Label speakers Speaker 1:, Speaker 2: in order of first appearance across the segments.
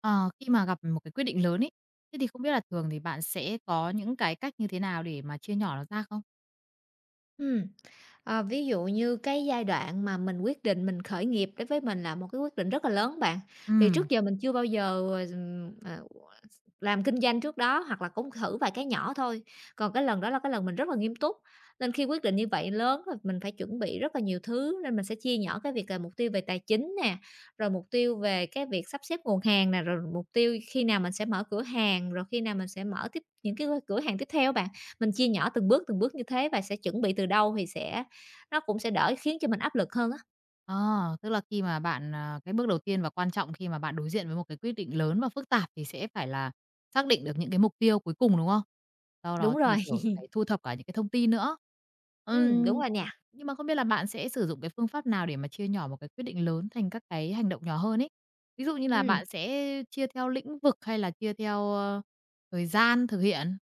Speaker 1: Ờ, khi mà gặp một cái quyết định lớn ấy, thế thì không biết là thường thì bạn sẽ có những cái cách như thế nào để mà chia nhỏ nó ra không?
Speaker 2: Ừm, Ví dụ như cái giai đoạn mà mình quyết định mình khởi nghiệp đối với mình là một cái quyết định rất là lớn bạn. Vì trước
Speaker 1: Ừm.
Speaker 2: giờ mình chưa bao giờ, ừm, ờ, làm kinh doanh trước đó hoặc là cũng thử vài cái nhỏ thôi, còn cái lần đó là cái lần mình rất là nghiêm túc. Nên khi quyết định như vậy lớn rồi mình phải chuẩn bị rất là nhiều thứ, nên mình sẽ chia nhỏ cái việc là mục tiêu về tài chính nè, rồi mục tiêu về cái việc sắp xếp nguồn hàng nè, rồi mục tiêu khi nào mình sẽ mở cửa hàng, rồi khi nào mình sẽ mở tiếp những cái cửa hàng tiếp theo bạn. Mình chia nhỏ từng bước như thế và sẽ chuẩn bị từ đâu thì sẽ nó cũng sẽ đỡ khiến cho mình áp lực hơn á.
Speaker 1: Ờ, tức là khi mà bạn, cái bước đầu tiên và quan trọng khi mà bạn đối diện với một cái quyết định lớn và phức tạp thì sẽ phải là xác định được những cái mục tiêu cuối cùng, đúng không? Sau đó
Speaker 2: Đúng rồi.
Speaker 1: thì, kiểu, phải thu thập cả những cái thông tin nữa.
Speaker 2: Đúng
Speaker 1: Ừm,
Speaker 2: rồi nè.
Speaker 1: nhưng mà không biết là bạn sẽ sử dụng cái phương pháp nào để mà chia nhỏ một cái quyết định lớn thành các cái hành động nhỏ hơn ấy? Ví dụ như là
Speaker 2: Ừm.
Speaker 1: bạn sẽ chia theo lĩnh vực hay là chia theo, thời gian thực hiện?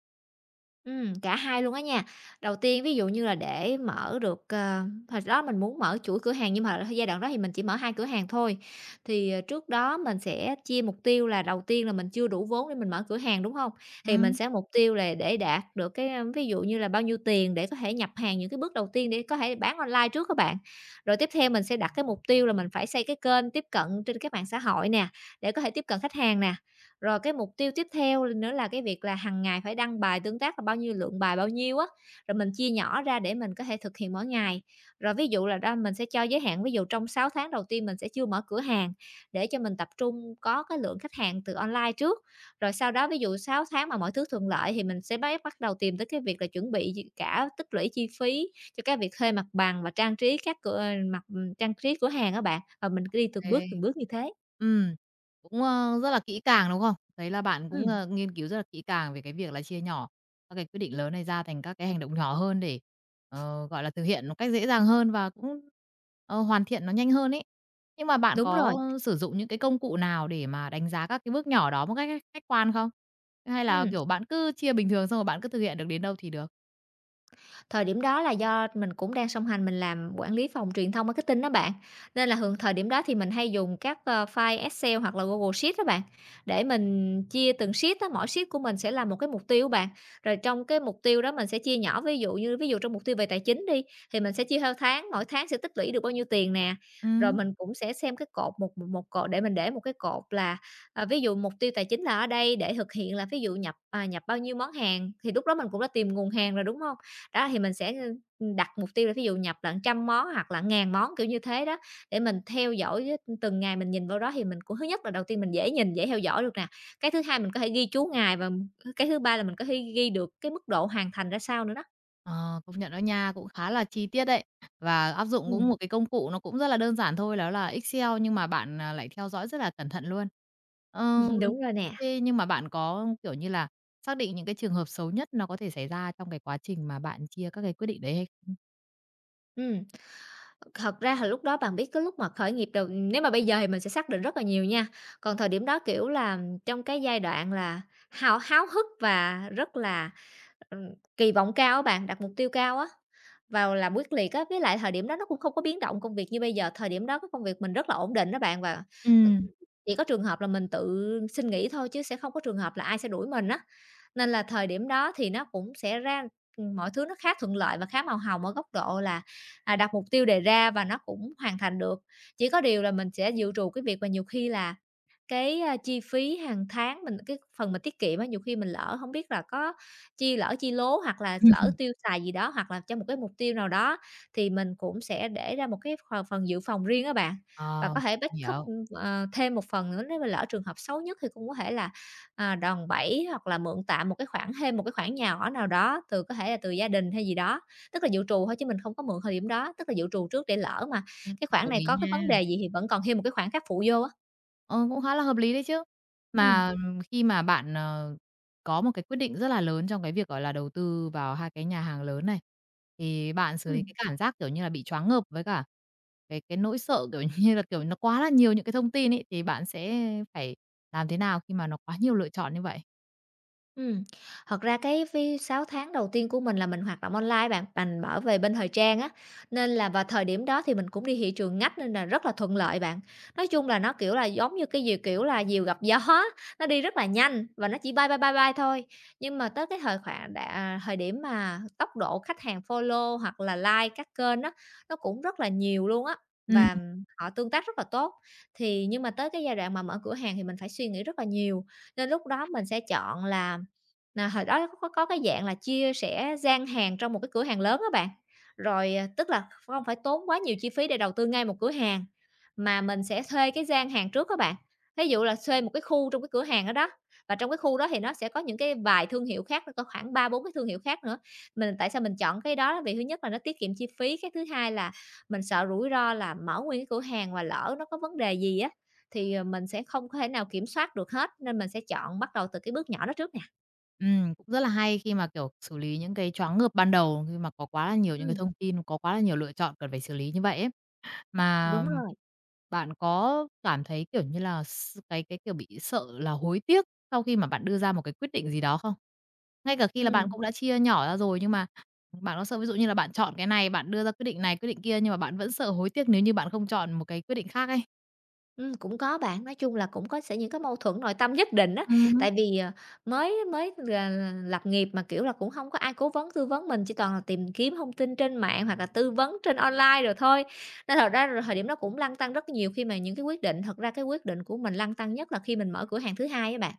Speaker 2: Cả hai luôn á nha. Đầu tiên ví dụ như là để mở được, hồi đó mình muốn mở chuỗi cửa hàng nhưng mà giai đoạn đó thì mình chỉ mở 2 cửa hàng thôi. Thì, trước đó mình sẽ chia mục tiêu là đầu tiên là mình chưa đủ vốn để mình mở cửa hàng, đúng không? Thì mình
Speaker 1: Ừm.
Speaker 2: sẽ mục tiêu là để đạt được cái, ví dụ như là bao nhiêu tiền để có thể nhập hàng những cái bước đầu tiên để có thể bán online trước các bạn. Rồi tiếp theo mình sẽ đặt cái mục tiêu là mình phải xây cái kênh tiếp cận trên các mạng xã hội nè, để có thể tiếp cận khách hàng nè. Rồi cái mục tiêu tiếp theo nữa là cái việc là hàng ngày phải đăng bài tương tác là bao nhiêu, lượng bài bao nhiêu á, rồi mình chia nhỏ ra để mình có thể thực hiện mỗi ngày. Rồi ví dụ là ra mình sẽ cho giới hạn, ví dụ trong 6 tháng đầu tiên mình sẽ chưa mở cửa hàng để cho mình tập trung có cái lượng khách hàng từ online trước, rồi sau đó ví dụ 6 tháng mà mọi thứ thuận lợi thì mình sẽ bắt bắt đầu tìm tới cái việc là chuẩn bị gì cả tích lũy chi phí cho cái việc thuê mặt bằng và trang trí mặt trang trí cửa hàng các bạn, và mình cứ đi
Speaker 1: Kê.
Speaker 2: từng bước như thế.
Speaker 1: Ừm, cũng, rất là kỹ càng, đúng không? Thấy là bạn cũng,
Speaker 2: Ừm,
Speaker 1: nghiên cứu rất là kỹ càng về cái việc là chia nhỏ các cái quyết định lớn này ra thành các cái hành động nhỏ hơn để, gọi là, thực hiện một cách dễ dàng hơn và cũng, hoàn thiện nó nhanh hơn ấy. Nhưng mà bạn
Speaker 2: đúng rồi,
Speaker 1: có sử dụng những cái công cụ nào để mà đánh giá các cái bước nhỏ đó một cách khách khách quan không? Hay là,
Speaker 2: ừm.
Speaker 1: kiểu, bạn cứ chia bình thường xong rồi bạn cứ thực hiện được đến đâu thì được?
Speaker 2: Thời điểm đó là do mình cũng đang song hành mình làm quản lý phòng truyền thông marketing đó bạn, nên là thường thời điểm đó thì mình hay dùng các, file Excel hoặc là Google Sheet đó bạn, để mình chia từng sheet đó mỗi sheet của mình sẽ là một cái mục tiêu bạn. Rồi trong cái mục tiêu đó mình sẽ chia nhỏ, ví dụ như ví dụ trong mục tiêu về tài chính đi, thì mình sẽ chia theo tháng, mỗi tháng sẽ tích lũy được bao nhiêu tiền nè. Rồi
Speaker 1: Ừm.
Speaker 2: mình cũng sẽ xem cái cột một một một cột để mình để một cái cột là, ví dụ mục tiêu tài chính là ở đây để thực hiện là ví dụ nhập bao nhiêu món hàng, thì lúc đó mình cũng đã tìm nguồn hàng rồi, đúng không? Đó, thì mình sẽ, đặt mục tiêu là thí dụ nhập lận trăm món hoặc là ngàn món, kiểu như thế đó, để mình theo dõi á, từng ngày mình nhìn vào đó thì mình cũng thứ nhất là đầu tiên mình dễ nhìn, dễ theo dõi được nè. Cái thứ hai mình có thể ghi chú ngày và cái thứ ba là mình có thể ghi được cái mức độ hoàn thành ra sao nữa đó.
Speaker 1: Ờ, công nhận đó nha, cũng khá là chi tiết đấy. Và áp dụng cũng
Speaker 2: Ừm,
Speaker 1: một cái công cụ nó cũng rất là đơn giản thôi, đó là Excel nhưng mà bạn, lại theo dõi rất là cẩn thận luôn. Ờ,
Speaker 2: đúng rồi nè.
Speaker 1: thế nhưng mà bạn có, kiểu như là, xác định những cái trường hợp xấu nhất nó có thể xảy ra trong cái quá trình mà bạn chia các cái quyết định đấy hay không?
Speaker 2: Ừm, Thật ra là lúc đó bạn biết cái lúc mà khởi nghiệp đầu nếu mà bây giờ thì mình sẽ xác định rất là nhiều nha, còn thời điểm đó, kiểu là, trong cái giai đoạn là háo hức và rất là Ừm, kỳ vọng cao á bạn, đặt mục tiêu cao á, vào làm quyết liệt á, với lại thời điểm đó nó cũng không có biến động công việc như bây giờ, thời điểm đó cái công việc mình rất là ổn định đó bạn, và t
Speaker 1: Ừm.
Speaker 2: chỉ có trường hợp là mình tự xin nghỉ thôi chứ sẽ không có trường hợp là ai sẽ đuổi mình á. Nên là thời điểm đó thì nó cũng sẽ ra mọi thứ nó khá thuận lợi và khá màu hồng ở góc độ là, đặt mục tiêu đề ra và nó cũng hoàn thành được. Chỉ có điều là mình sẽ dự trù cái việc mà nhiều khi là cái, chi phí hàng tháng mình cái phần mình tiết kiệm á, nhiều khi mình lỡ không biết là có chi lố hoặc là lỡ tiêu xài gì đó, hoặc là cho một cái mục tiêu nào đó, thì mình cũng sẽ để ra một cái phần phần dự phòng riêng á bạn. Và
Speaker 1: Ờ,
Speaker 2: có thể backup,
Speaker 1: hiểu.
Speaker 2: thêm một phần nữa nếu mà lỡ trường hợp xấu nhất thì cũng có thể là, đòn bẩy hoặc là mượn tạm một cái khoản thêm một cái khoản nhỏ nào đó từ có thể là từ gia đình hay gì đó. Tức là dự trù thôi chứ mình không có mượn thời điểm đó, tức là dự trù trước để lỡ mà
Speaker 1: Ừm,
Speaker 2: cái khoản
Speaker 1: đồng
Speaker 2: này
Speaker 1: ý
Speaker 2: có cái
Speaker 1: nha.
Speaker 2: vấn đề gì thì vẫn còn thêm một cái khoản khác phụ vô á.
Speaker 1: Ờ, cũng khá là hợp lý đấy chứ. Mà
Speaker 2: Ừm,
Speaker 1: Khi mà bạn, có một cái quyết định rất là lớn trong cái việc, gọi là, đầu tư vào 2 cái nhà hàng lớn này, thì bạn xử
Speaker 2: ừm.
Speaker 1: lý cái cảm giác, kiểu như là, bị choáng ngợp với cả cái nỗi sợ, kiểu như là, kiểu, nó quá là nhiều những cái thông tin ấy, thì bạn sẽ phải làm thế nào khi mà nó quá nhiều lựa chọn như vậy?
Speaker 2: Ừm, Thật ra cái 6 tháng đầu tiên của mình là mình hoạt động online bạn, mình ở về bên thời trang á, nên là vào thời điểm đó thì mình cũng đi thị trường ngách nên là rất là thuận lợi bạn. Nói chung là nó, kiểu là, giống như cái gì kiểu là, diều gặp gió á, nó đi rất là nhanh và nó chỉ bay, bay, bay, bay thôi. Nhưng mà tới cái thời khoảng đà thời điểm mà tốc độ khách hàng follow hoặc là like các kênh á, nó cũng rất là nhiều luôn á,
Speaker 1: Ừm,
Speaker 2: và họ tương tác rất là tốt. Thì nhưng mà tới cái giai đoạn mà mở cửa hàng thì mình phải suy nghĩ rất là nhiều, nên lúc đó mình sẽ chọn là hồi đó có cái dạng là chia sẻ gian hàng trong một cái cửa hàng lớn á bạn. Rồi, tức là không phải tốn quá nhiều chi phí để đầu tư ngay một cửa hàng, mà mình sẽ thuê cái gian hàng trước các bạn. Ví dụ là thuê một cái khu trong cái cửa hàng đó đó, và trong cái khu đó thì nó sẽ có những cái vài thương hiệu khác, nó có khoảng 3 4 cái thương hiệu khác nữa. Mình tại sao mình chọn cái đó? Là vì thứ nhất là nó tiết kiệm chi phí, cái thứ hai là mình sợ rủi ro là mở nguyên cái cửa hàng mà lỡ nó có vấn đề gì á, thì, mình sẽ không có thể nào kiểm soát được hết, nên mình sẽ chọn bắt đầu từ cái bước nhỏ đó trước nè.
Speaker 1: cũng rất là hay khi mà, kiểu, xử lý những cái choáng ngợp ban đầu khi mà có quá là nhiều những cái
Speaker 2: Ừm.
Speaker 1: thông tin, có quá là nhiều lựa chọn cần phải xử lý như vậy ấy. Mà
Speaker 2: Đúng rồi,
Speaker 1: bạn có cảm thấy, kiểu như là, s cái, kiểu, bị sợ là hối tiếc sau khi mà bạn đưa ra một cái quyết định gì đó không? Ngay cả khi là bạn
Speaker 2: ừm,
Speaker 1: cũng đã chia nhỏ ra rồi nhưng mà bạn có sợ ví dụ như là bạn chọn cái này, bạn đưa ra quyết định này, quyết định kia nhưng mà bạn vẫn sợ hối tiếc nếu như bạn không chọn một cái quyết định khác ấy?
Speaker 2: cũng có bạn. Nói chung là cũng có sẽ những cái mâu thuẫn nội tâm nhất định á,
Speaker 1: Ừm,
Speaker 2: tại vì, mới mới là lập nghiệp mà, kiểu là, cũng không có ai cố vấn, tư vấn mình, chỉ toàn là tìm kiếm thông tin trên mạng hoặc là tư vấn trên online rồi thôi. Nên thật ra là thời điểm đó cũng lăn tăn rất nhiều khi mà những cái quyết định thật ra cái quyết định của mình lăn tăn nhất là khi mình mở cửa hàng thứ hai á bạn.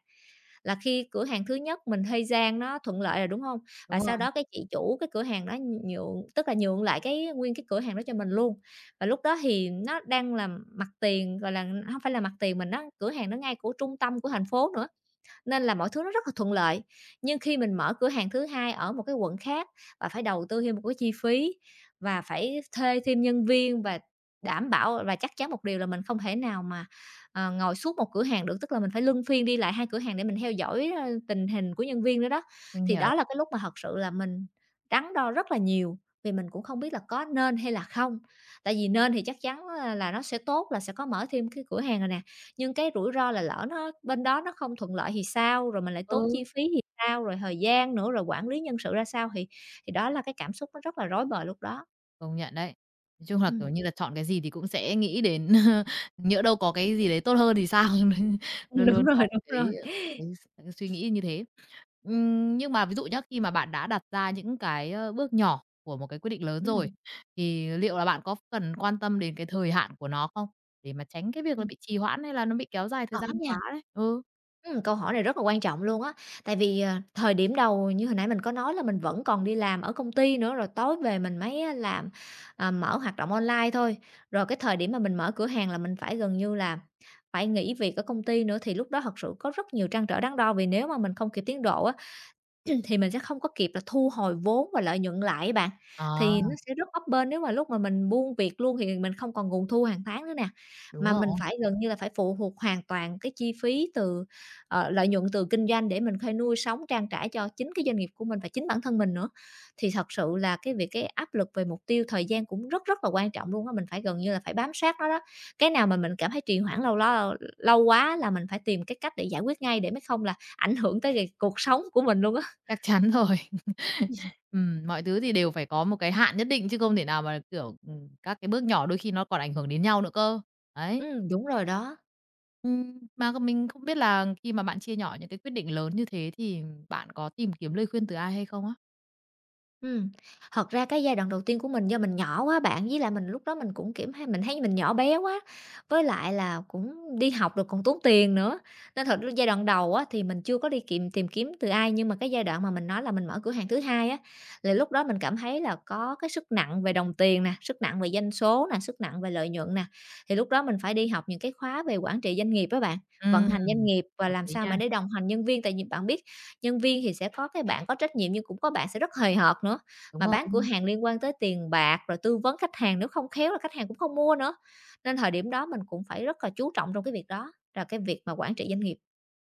Speaker 2: Là khi cửa hàng thứ nhất mình thuê gian nó thuận lợi rồi, đúng hông? Và
Speaker 1: đúng rồi,
Speaker 2: sau đó cái chị chủ cái cửa hàng đó nhượng tức là nhượng lại cái nguyên cái cửa hàng đó cho mình luôn. Và lúc đó thì nó đang là mặt tiền, gọi là, hông phải là mặt tiền mình á, cửa hàng nó ngay của trung tâm của thành phố nữa, nên là mọi thứ nó rất là thuận lợi. Nhưng khi mình mở cửa hàng thứ hai ở một cái quận khác và phải đầu tư thêm một cái chi phí và phải thuê thêm nhân viên và đảm bảo và chắc chắn một điều là mình không thể nào mà, ngồi suốt một cửa hàng được, tức là mình phải luân phiên đi lại hai cửa hàng để mình theo dõi, tình hình của nhân viên nữa đó.
Speaker 1: mình
Speaker 2: Thì
Speaker 1: hiểu.
Speaker 2: đó là cái lúc mà thật sự là mình đắn đo rất là nhiều, vì mình cũng không biết là có nên hay là không. Tại vì nên thì chắc chắn, là nó sẽ tốt, là sẽ có mở thêm cái cửa hàng rồi nè, nhưng cái rủi ro là lỡ nó bên đó nó không thuận lợi thì sao? Rồi mình lại tốn chi
Speaker 1: Ừ.
Speaker 2: phí thì sao? Rồi thời gian nữa, rồi quản lý nhân sự ra sao? Thì đó là cái cảm xúc nó rất là rối bời lúc đó.
Speaker 1: Công nhận đấy. Nói chung là,
Speaker 2: Ừm,
Speaker 1: kiểu như là, chọn cái gì thì cũng sẽ nghĩ đến nhỡ đâu có cái gì đấy tốt hơn thì sao? Luôn
Speaker 2: đúng
Speaker 1: luôn
Speaker 2: rồi,
Speaker 1: có
Speaker 2: đúng rồi.
Speaker 1: cái, ờ, cái cái suy nghĩ như thế. Nhưng mà ví dụ nhá, khi mà bạn đã đặt ra những cái, bước nhỏ của một cái quyết định lớn rồi,
Speaker 2: Ừm,
Speaker 1: thì liệu là bạn có cần quan tâm đến cái thời hạn của nó không? Để mà tránh cái việc nó
Speaker 2: ừm,
Speaker 1: bị trì hoãn hay là nó bị kéo dài thời
Speaker 2: có
Speaker 1: gian
Speaker 2: nha.
Speaker 1: quá đấy? Ừ.
Speaker 2: Câu hỏi này rất là quan trọng luôn á, tại vì, thời điểm đầu như hồi nãy mình có nói là mình vẫn còn đi làm ở công ty nữa, rồi tối về mình mới á làm, à, mở hoạt động online thôi. Rồi cái thời điểm mà mình mở cửa hàng là mình phải gần như là phải nghỉ việc ở công ty nữa, thì lúc đó thật sự có rất nhiều trăn trở đắn đo, vì nếu mà mình không kịp tiến độ á thì mình sẽ không có kịp là thu hồi vốn và lợi nhuận lại á bạn, thì
Speaker 1: À,
Speaker 2: nó sẽ rất bấp bênh nếu mà lúc mà mình buông việc luôn thì mình không còn nguồn thu hàng tháng nữa nè.
Speaker 1: đúng
Speaker 2: Mà
Speaker 1: rồi.
Speaker 2: mình phải gần như là phải phụ thuộc hoàn toàn cái chi phí từ, lợi nhuận từ kinh doanh để mình có nuôi sống, trang trải cho chính cái doanh nghiệp của mình và chính bản thân mình nữa. Thì thật sự là cái việc cái áp lực về mục tiêu thời gian cũng rất rất là quan trọng luôn á, mình phải gần như là phải bám sát nó đó. Cái nào mà mình cảm thấy trì hoãn lâu lo lâu quá là mình phải tìm cái cách để giải quyết ngay để mới không là ảnh hưởng tới việc cuộc sống của mình luôn á.
Speaker 1: Chắc chắn rồi. Mọi thứ thì đều phải có một cái hạn nhất định chứ không thể nào mà, kiểu, các cái bước nhỏ đôi khi nó còn ảnh hưởng đến nhau nữa cơ. Đấy,
Speaker 2: Đúng rồi đó.
Speaker 1: mà còn mình không biết là khi mà bạn chia nhỏ những cái quyết định lớn như thế thì bạn có tìm kiếm lời khuyên từ ai hay không á?
Speaker 2: Ừm, thật ra cái giai đoạn đầu tiên của mình do mình nhỏ quá bạn, với lại mình lúc đó mình cũng, kiểm hay mình thấy mình nhỏ bé quá, với lại là cũng đi học rồi còn tốn tiền nữa, nên thật ra giai đoạn đầu á thì mình chưa có đi kiệm tìm kiếm từ ai. Nhưng mà cái giai đoạn mà mình nói là mình mở cửa hàng thứ hai á, là lúc đó mình cảm thấy là có cái sức nặng về đồng tiền nè, sức nặng về doanh số nè, sức nặng về lợi nhuận nè, thì lúc đó mình phải đi học những cái khóa về quản trị doanh nghiệp á bạn, vận
Speaker 1: Ừm,
Speaker 2: hành doanh nghiệp và
Speaker 1: đồng
Speaker 2: làm
Speaker 1: ý
Speaker 2: sao
Speaker 1: nha,
Speaker 2: mà để đồng hành nhân viên. Tại vì bạn biết nhân viên thì sẽ có cái bạn có trách nhiệm nhưng cũng có bạn sẽ rất hời hợt nữa.
Speaker 1: đúng
Speaker 2: Mà
Speaker 1: rồi.
Speaker 2: bán cửa hàng liên quan tới tiền bạc, rồi tư vấn khách hàng nếu không khéo là khách hàng cũng không mua nữa. Nên thời điểm đó mình cũng phải rất là chú trọng trong cái việc đó, là cái việc mà quản trị doanh nghiệp.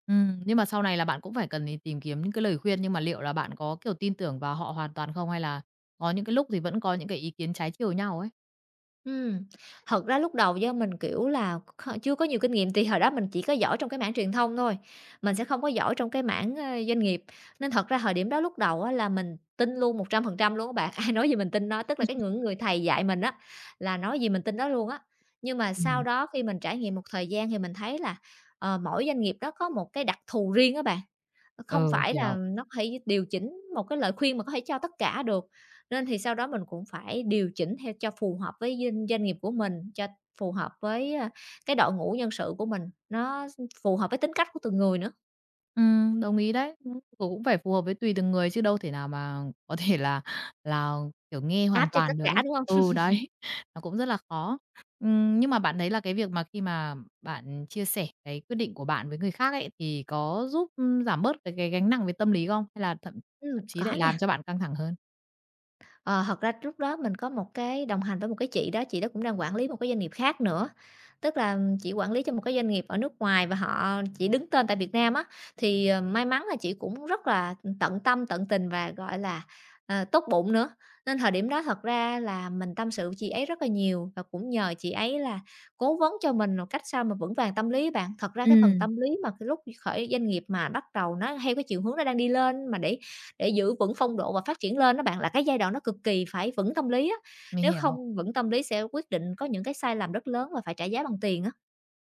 Speaker 1: Nhưng mà sau này là bạn cũng phải cần thì tìm kiếm những cái lời khuyên, nhưng mà liệu là bạn có, kiểu, tin tưởng vào họ hoàn toàn không? Hay là có những cái lúc thì vẫn có những cái ý kiến trái chiều nhau ấy?
Speaker 2: Ừm, thật ra lúc đầu do mình, kiểu là, chưa có nhiều kinh nghiệm thì hồi đó mình chỉ có giỏi trong cái mảng truyền thông thôi, mình sẽ không có giỏi trong cái mảng, doanh nghiệp. Nên thật ra thời điểm đó lúc đầu á là mình tin luôn 100% luôn các bạn, ai nói gì mình tin đó, tức là cái những người thầy dạy mình á, là nói gì mình tin đó luôn á. Nhưng mà sau
Speaker 1: Ừm,
Speaker 2: đó khi mình trải nghiệm một thời gian thì mình thấy là, mỗi doanh nghiệp đó có một cái đặc thù riêng á bạn, không
Speaker 1: ừ,
Speaker 2: phải là
Speaker 1: hiểu.
Speaker 2: nó có điều chỉnh một cái lời khuyên mà có thể cho tất cả được. Nên thì sau đó mình cũng phải điều chỉnh theo cho phù hợp với doanh doanh nghiệp của mình, cho phù hợp với, a, cái đội ngũ nhân sự của mình, nó phù hợp với tính cách của từng người nữa.
Speaker 1: Ừ, đồng ý đấy. Cũng cũng phải phù hợp với tùy từng người chứ đâu thể nào mà có thể là, kiểu, nghe
Speaker 2: Áp
Speaker 1: hoàn
Speaker 2: cho tất
Speaker 1: toàn được
Speaker 2: cả,
Speaker 1: ấy.
Speaker 2: đúng không?
Speaker 1: Ừ, đấy, nó cũng rất là khó. Nhưng mà bạn thấy là cái việc mà khi mà bạn chia sẻ cái quyết định của bạn với người khác ấy, thì có giúp, giảm bớt cái gánh nặng về tâm lý không? Hay là thậm thậm chí
Speaker 2: Có
Speaker 1: lại làm
Speaker 2: nha.
Speaker 1: cho bạn căng thẳng hơn?
Speaker 2: Ờ, thật ra lúc đó mình có một cái đồng hành với một cái chị đó cũng đang quản lý một cái doanh nghiệp khác nữa. Tức là chị quản lý cho một cái doanh nghiệp ở nước ngoài và họ chỉ đứng tên tại Việt Nam á, thì, may mắn là chị cũng rất là tận tâm, tận tình và, gọi là, tốt bụng nữa. Nên thời điểm đó thật ra là mình tâm sự với chị ấy rất là nhiều và cũng nhờ chị ấy là cố vấn cho mình một cách sao mà vững vàng tâm lý bạn. Thật ra
Speaker 1: Ừ.
Speaker 2: cái phần tâm lý mà cái lúc khởi doanh nghiệp mà bắt đầu nó theo cái chiều hướng nó đang đi lên mà để giữ vững phong độ và phát triển lên đó bạn, là cái giai đoạn nó cực kỳ phải vững tâm lý á,
Speaker 1: Mình
Speaker 2: nếu không
Speaker 1: hiểu.
Speaker 2: vững tâm lý sẽ quyết định có những cái sai lầm rất lớn và phải trả giá bằng tiền á.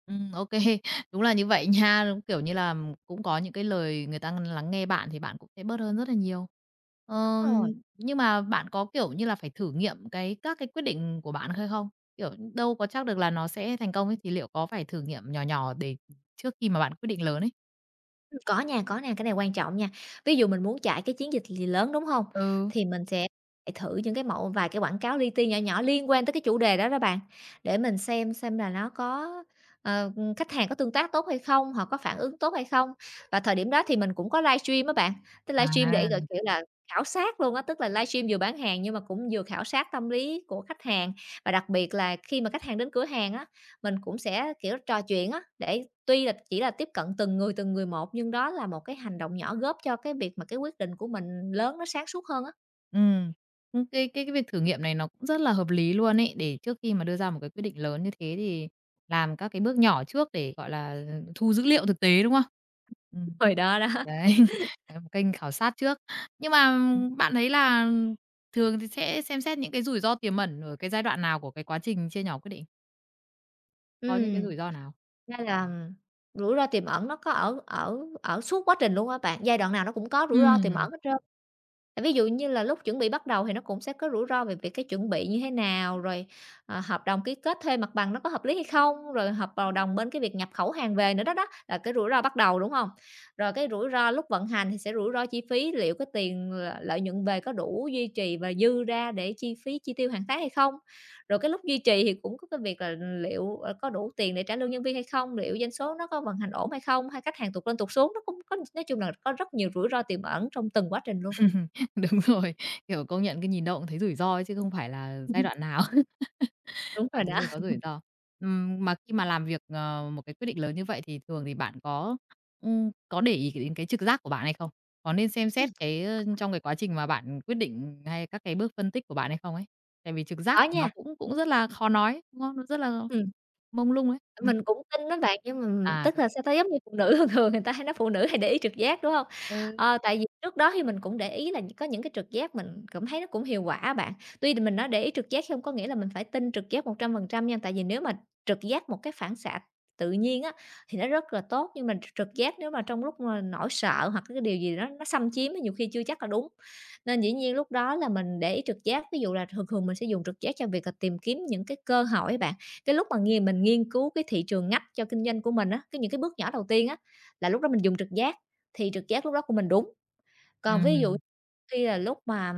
Speaker 1: Ô Đúng là như vậy nha. Đúng, kiểu như là, cũng có những cái lời người ta lắng nghe bạn thì bạn cũng sẽ bớt hơn rất là nhiều.
Speaker 2: Đúng
Speaker 1: Ờ,
Speaker 2: rồi.
Speaker 1: nhưng mà bạn có, kiểu như là, phải thử nghiệm các cái quyết định của bạn hay không? Kiểu, đâu có chắc được là nó sẽ thành công ấy, thì liệu có phải thử nghiệm nhỏ nhỏ để trước khi mà bạn quyết định lớn ấy?
Speaker 2: Có nha, cái này quan trọng nha. Ví dụ mình muốn chạy cái chiến dịch gì lớn, đúng hông?
Speaker 1: Ừ.
Speaker 2: Thì mình sẽ chạy thử những cái mẫu vài cái quảng cáo li ti nhỏ nhỏ liên quan tới cái chủ đề đó đó bạn, để mình xem là nó có khách hàng có tương tác tốt hay không, họ có phản ứng tốt hay không. Và thời điểm đó thì mình cũng có livestream á bạn, tức livestream để,
Speaker 1: À.
Speaker 2: gọi kiểu là, khảo sát luôn á, tức là livestream vừa bán hàng nhưng mà cũng vừa khảo sát tâm lý của khách hàng. Và đặc biệt là khi mà khách hàng đến cửa hàng á, mình cũng sẽ, kiểu, trò chuyện á, để Tuy là chỉ là tiếp cận từng người một, nhưng đó là một cái hành động nhỏ góp cho cái việc mà cái quyết định của mình lớn nó sáng suốt hơn á.
Speaker 1: Ừm, ưm, cái việc thử nghiệm này nó cũng rất là hợp lý luôn ấy, để trước khi mà đưa ra một cái quyết định lớn như thế thì làm các cái bước nhỏ trước để, gọi là, thu dữ liệu thực tế, đúng không? Ừm.
Speaker 2: Hồi đó đó.
Speaker 1: Đấy, đấy, một kênh khảo sát trước. Nhưng mà
Speaker 2: Ừm.
Speaker 1: bạn thấy là thường thì sẽ xem xét những cái rủi ro tiềm ẩn ở cái giai đoạn nào của cái quá trình chia nhỏ quyết định? Có những cái rủi ro nào?
Speaker 2: Nên là rủi ro tiềm ẩn nó có ở ở ở suốt quá trình luôn á bạn, giai đoạn nào nó cũng có rủi ro tiềm
Speaker 1: Ừm,
Speaker 2: ẩn hết trơn. Tại ví dụ như là lúc chuẩn bị bắt đầu thì nó cũng sẽ có rủi ro về việc cái chuẩn bị như thế nào, rồi, hợp đồng ký kết thuê mặt bằng nó có hợp lý hay không, rồi hợp bào đồng bên cái việc nhập khẩu hàng về nữa đó đó, là cái rủi ro bắt đầu, đúng không? Rồi cái rủi ro lúc vận hành thì sẽ rủi ro chi phí, liệu cái tiền lợi nhuận về có đủ duy trì và dư ra để chi phí chi tiêu hàng tháng hay không? Rồi cái lúc duy trì thì cũng có cái việc là liệu, có đủ tiền để trả lương nhân viên hay không, liệu doanh số nó có vận hành ổn hay không, hay khách hàng tụt lên tụt xuống, nó cũng có nói chung là có rất nhiều rủi ro tiềm ẩn trong từng quá trình luôn.
Speaker 1: Đúng rồi, kiểu, công nhận cái nhìn đâu cũng thấy rủi ro ấy chứ không phải là giai đoạn nào.
Speaker 2: Đúng rồi
Speaker 1: Mọi thứ
Speaker 2: đó.
Speaker 1: đều có rủi ro. Mà khi mà làm việc, một cái quyết định lớn như vậy thì thường thì bạn có để ý đến cái trực giác của bạn hay không? Có nên xem xét
Speaker 2: Ừm.
Speaker 1: cái, trong cái quá trình mà bạn quyết định hay các cái bước phân tích của bạn hay không ấy? Tại vì trực giác
Speaker 2: Khó
Speaker 1: nó
Speaker 2: nha,
Speaker 1: cũng cũng rất là khó nói, đúng không? Nó rất là
Speaker 2: ừm.
Speaker 1: mông lung ấy.
Speaker 2: Mình cũng tin đó bạn, nhưng mà tức
Speaker 1: Cũng.
Speaker 2: là sao ta, giống như phụ nữ thường thường người ta hay nói phụ nữ hay để ý trực giác, đúng không?
Speaker 1: Ừ.
Speaker 2: Ờ, tại vì trước đó thì mình cũng để ý là có những cái trực giác mình cảm thấy nó cũng hiệu quả bạn. Tuy là mình nói để ý trực giác không có nghĩa là mình phải tin trực giác 100% nha, tại vì nếu mà trực giác một cái phản xạ tự nhiên á, thì nó rất là tốt, nhưng mà trực giác nếu mà trong lúc mà nỗi sợ hoặc cái điều gì đó nó xâm chiếm á, nhiều khi chưa chắc là đúng. Nên dĩ nhiên lúc đó là mình để ý trực giác, ví dụ là thường thường mình sẽ dùng trực giác cho việc là tìm kiếm những cái cơ hội bạn. Cái lúc mà mình nghiên cứu cái thị trường ngách cho kinh doanh của mình á, cái những cái bước nhỏ đầu tiên á, là lúc đó mình dùng trực giác, thì trực giác lúc đó của mình đúng. Còn ví dụ
Speaker 1: ừm.
Speaker 2: khi là lúc mà,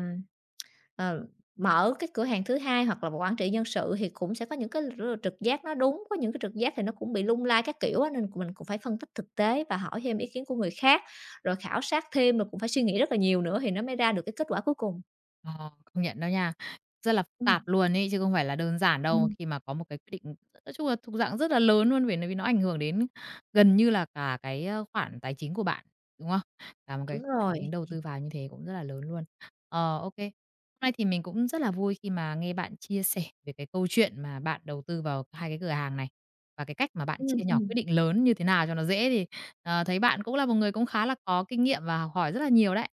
Speaker 2: ờ, mở cái cửa hàng thứ hai hoặc là một quản trị nhân sự thì cũng sẽ có những cái trực giác nó đúng, có những cái trực giác thì nó cũng bị lung lay các kiểu á, nên mình cũng phải phân tích thực tế và hỏi thêm ý kiến của người khác, rồi khảo sát thêm, rồi cũng phải suy nghĩ rất là nhiều nữa thì nó mới ra được cái kết quả cuối cùng.
Speaker 1: Ờ, công nhận đó nha. Rất là phức
Speaker 2: Ừm.
Speaker 1: tạp luôn ấy, chứ không phải là đơn giản đâu,
Speaker 2: Ừm.
Speaker 1: khi mà có một cái quyết định nói chung là thuộc dạng rất là lớn luôn, vì nó ảnh hưởng đến gần như là cả cái, khoản tài chính của bạn, đúng không? Cả một cái
Speaker 2: Đúng
Speaker 1: tài
Speaker 2: rồi.
Speaker 1: chính đầu tư vào như thế cũng rất là lớn luôn. Ờ, ô Hôm nay thì mình cũng rất là vui khi mà nghe bạn chia sẻ về cái câu chuyện mà bạn đầu tư vào 2 cái cửa hàng này, và cái cách mà bạn chia nhỏ
Speaker 2: Ừm.
Speaker 1: quyết định lớn như thế nào cho nó dễ thì, thấy bạn cũng là một người cũng khá là có kinh nghiệm và học hỏi rất là nhiều đấy.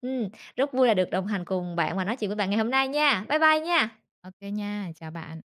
Speaker 2: Ừm, rất vui là được đồng hành cùng bạn và nói chuyện với bạn ngày hôm nay nha. Bye bye nha.
Speaker 1: Ok nha, chào bạn.